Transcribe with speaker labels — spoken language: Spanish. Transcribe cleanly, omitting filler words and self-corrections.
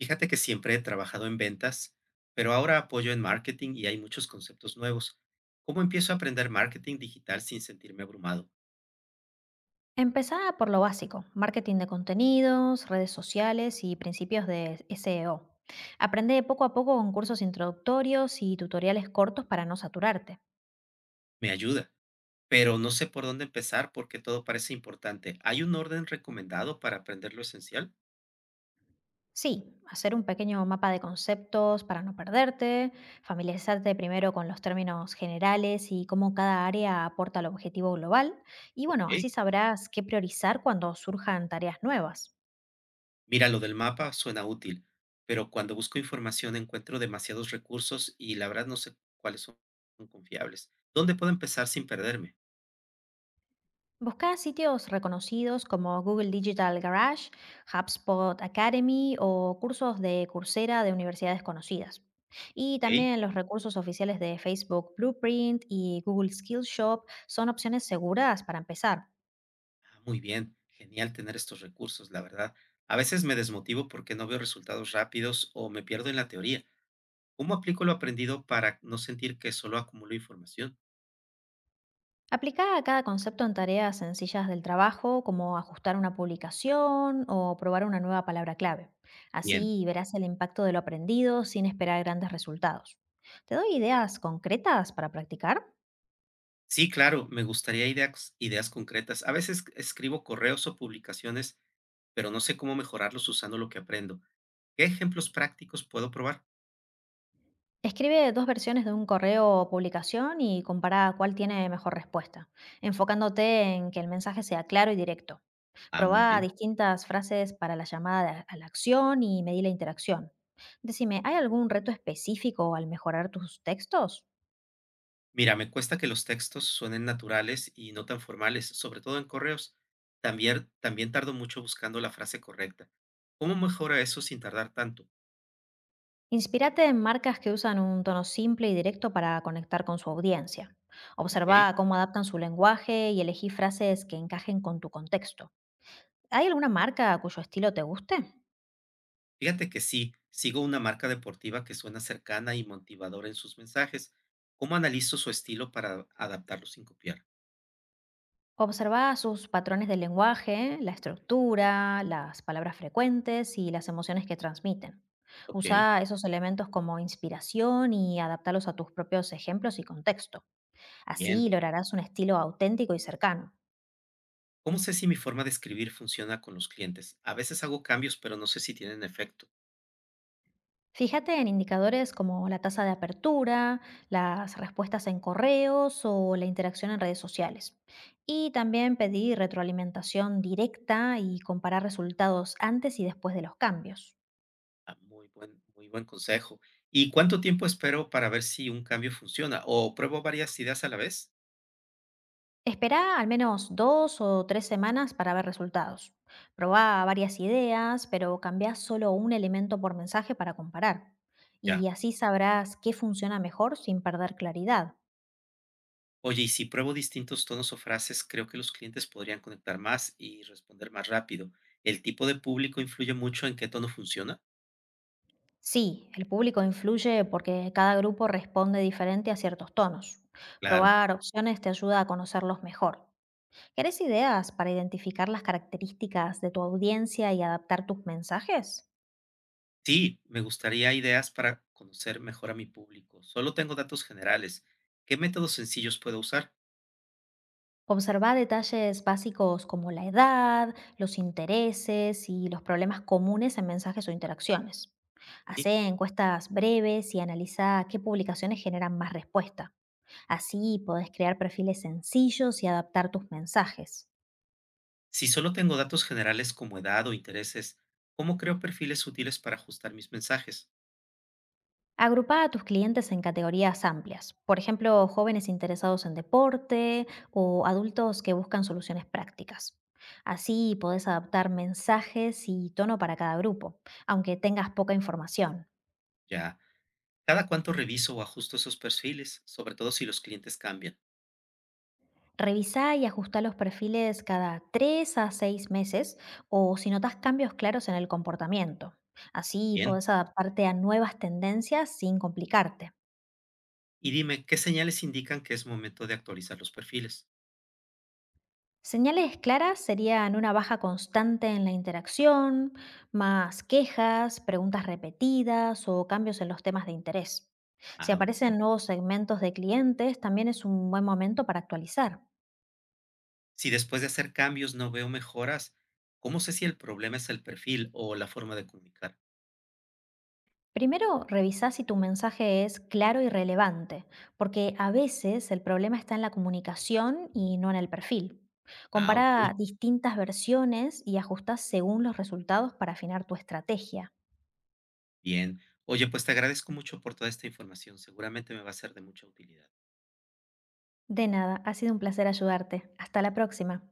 Speaker 1: Fíjate que siempre he trabajado en ventas, pero ahora apoyo en marketing y hay muchos conceptos nuevos. ¿Cómo empiezo a aprender marketing digital sin sentirme abrumado?
Speaker 2: Empezá por lo básico, marketing de contenidos, redes sociales y principios de SEO. Aprende poco a poco con cursos introductorios y tutoriales cortos para no saturarte.
Speaker 1: Me ayuda, pero no sé por dónde empezar porque todo parece importante. ¿Hay un orden recomendado para aprender lo esencial?
Speaker 2: Sí, hacer un pequeño mapa de conceptos para no perderte, familiarizarte primero con los términos generales y cómo cada área aporta al objetivo global, y bueno, así
Speaker 1: Ok.
Speaker 2: sabrás qué priorizar cuando surjan tareas nuevas.
Speaker 1: Mira, lo del mapa suena útil, pero cuando busco información encuentro demasiados recursos y la verdad no sé cuáles son confiables. ¿Dónde puedo empezar sin perderme?
Speaker 2: Busca sitios reconocidos como Google Digital Garage, HubSpot Academy o cursos de Coursera de universidades conocidas. Y
Speaker 1: Ok.
Speaker 2: también los recursos oficiales de Facebook Blueprint y Google Skillshop son opciones seguras para empezar.
Speaker 1: Ah, muy bien, genial tener estos recursos, la verdad. A veces me desmotivo porque no veo resultados rápidos o me pierdo en la teoría. ¿Cómo aplico lo aprendido para no sentir que solo acumulo información?
Speaker 2: Aplica a cada concepto en tareas sencillas del trabajo, como ajustar una publicación o probar una nueva palabra clave.
Speaker 1: Bien.
Speaker 2: Así verás el impacto de lo aprendido sin esperar grandes resultados. ¿Te doy ideas concretas para practicar?
Speaker 1: Sí, claro, me gustaría ideas, ideas concretas. A veces escribo correos o publicaciones, pero no sé cómo mejorarlos usando lo que aprendo. ¿Qué ejemplos prácticos puedo probar?
Speaker 2: Escribe dos versiones de un correo o publicación y compara cuál tiene mejor respuesta, enfocándote en que el mensaje sea claro y directo.
Speaker 1: Ah, muy
Speaker 2: Proba
Speaker 1: bien.
Speaker 2: distintas frases para la llamada de a la acción y medí la interacción. Decime, ¿hay algún reto específico al mejorar tus textos?
Speaker 1: Mira, me cuesta que los textos suenen naturales y no tan formales, sobre todo en correos. También, también tardo mucho buscando la frase correcta. ¿Cómo mejora eso sin tardar tanto?
Speaker 2: Inspírate en marcas que usan un tono simple y directo para conectar con su audiencia.
Speaker 1: Ok.
Speaker 2: Observa cómo adaptan su lenguaje y elegí frases que encajen con tu contexto. ¿Hay alguna marca cuyo estilo te guste?
Speaker 1: Fíjate que sí, sigo una marca deportiva que suena cercana y motivadora en sus mensajes. ¿Cómo analizo su estilo para adaptarlo sin copiar?
Speaker 2: Observa sus patrones de lenguaje, la estructura, las palabras frecuentes y las emociones que transmiten.
Speaker 1: Ok,
Speaker 2: Usa esos elementos como inspiración y adaptarlos a tus propios ejemplos y contexto.
Speaker 1: bien.
Speaker 2: Así lograrás un estilo auténtico y cercano.
Speaker 1: ¿Cómo sé si mi forma de escribir funciona con los clientes? A veces hago cambios, pero no sé si tienen efecto.
Speaker 2: Fíjate en indicadores como la tasa de apertura, las respuestas en correos o la interacción en redes sociales. Y también pedir retroalimentación directa y comparar resultados antes y después de los cambios.
Speaker 1: Ah, muy buen consejo. ¿Y cuánto tiempo espero para ver si un cambio funciona? ¿O pruebo varias ideas a la vez?
Speaker 2: Esperá al menos dos o tres semanas para ver resultados. Probá varias ideas, pero cambiá solo un elemento por mensaje para comparar.
Speaker 1: Ya.
Speaker 2: Y así sabrás qué funciona mejor sin perder claridad.
Speaker 1: Oye, y si pruebo distintos tonos o frases, creo que los clientes podrían conectar más y responder más rápido. ¿El tipo de público influye mucho en qué tono funciona?
Speaker 2: Sí, el público influye porque cada grupo responde diferente a ciertos tonos.
Speaker 1: Claro.
Speaker 2: Probar opciones te ayuda a conocerlos mejor. ¿Querés ideas para identificar las características de tu audiencia y adaptar tus mensajes?
Speaker 1: Sí, me gustaría ideas para conocer mejor a mi público. Solo tengo datos generales. ¿Qué métodos sencillos puedo usar?
Speaker 2: Observa detalles básicos como la edad, los intereses y los problemas comunes en mensajes o interacciones.
Speaker 1: Ok.
Speaker 2: Hace encuestas breves y analiza qué publicaciones generan más respuesta. Así podés crear perfiles sencillos y adaptar tus mensajes.
Speaker 1: Si solo tengo datos generales como edad o intereses, ¿cómo creo perfiles útiles para ajustar mis mensajes?
Speaker 2: Agrupa a tus clientes en categorías amplias, por ejemplo, jóvenes interesados en deporte o adultos que buscan soluciones prácticas. Así podés adaptar mensajes y tono para cada grupo, aunque tengas poca información.
Speaker 1: Ya. Cada cuánto reviso o ajusto esos perfiles, sobre todo si los clientes cambian.
Speaker 2: Revisá y ajustá los perfiles cada 3 a 6 meses o si notas cambios claros en el comportamiento. Así
Speaker 1: Bien.
Speaker 2: podés adaptarte a nuevas tendencias sin complicarte.
Speaker 1: Y dime, ¿qué señales indican que es momento de actualizar los perfiles?
Speaker 2: Señales claras serían una baja constante en la interacción, más quejas, preguntas repetidas o cambios en los temas de interés. Si
Speaker 1: Ah, muy bien.
Speaker 2: aparecen nuevos segmentos de clientes, también es un buen momento para actualizar.
Speaker 1: Si después de hacer cambios no veo mejoras, ¿cómo sé si el problema es el perfil o la forma de comunicar?
Speaker 2: Primero, revisá si tu mensaje es claro y relevante, porque a veces el problema está en la comunicación y no en el perfil.
Speaker 1: Ah, ok.
Speaker 2: Compara distintas versiones y ajustá según los resultados para afinar tu estrategia.
Speaker 1: Bien. Oye, pues te agradezco mucho por toda esta información. Seguramente me va a ser de mucha utilidad.
Speaker 2: De nada, ha sido un placer ayudarte. Hasta la próxima.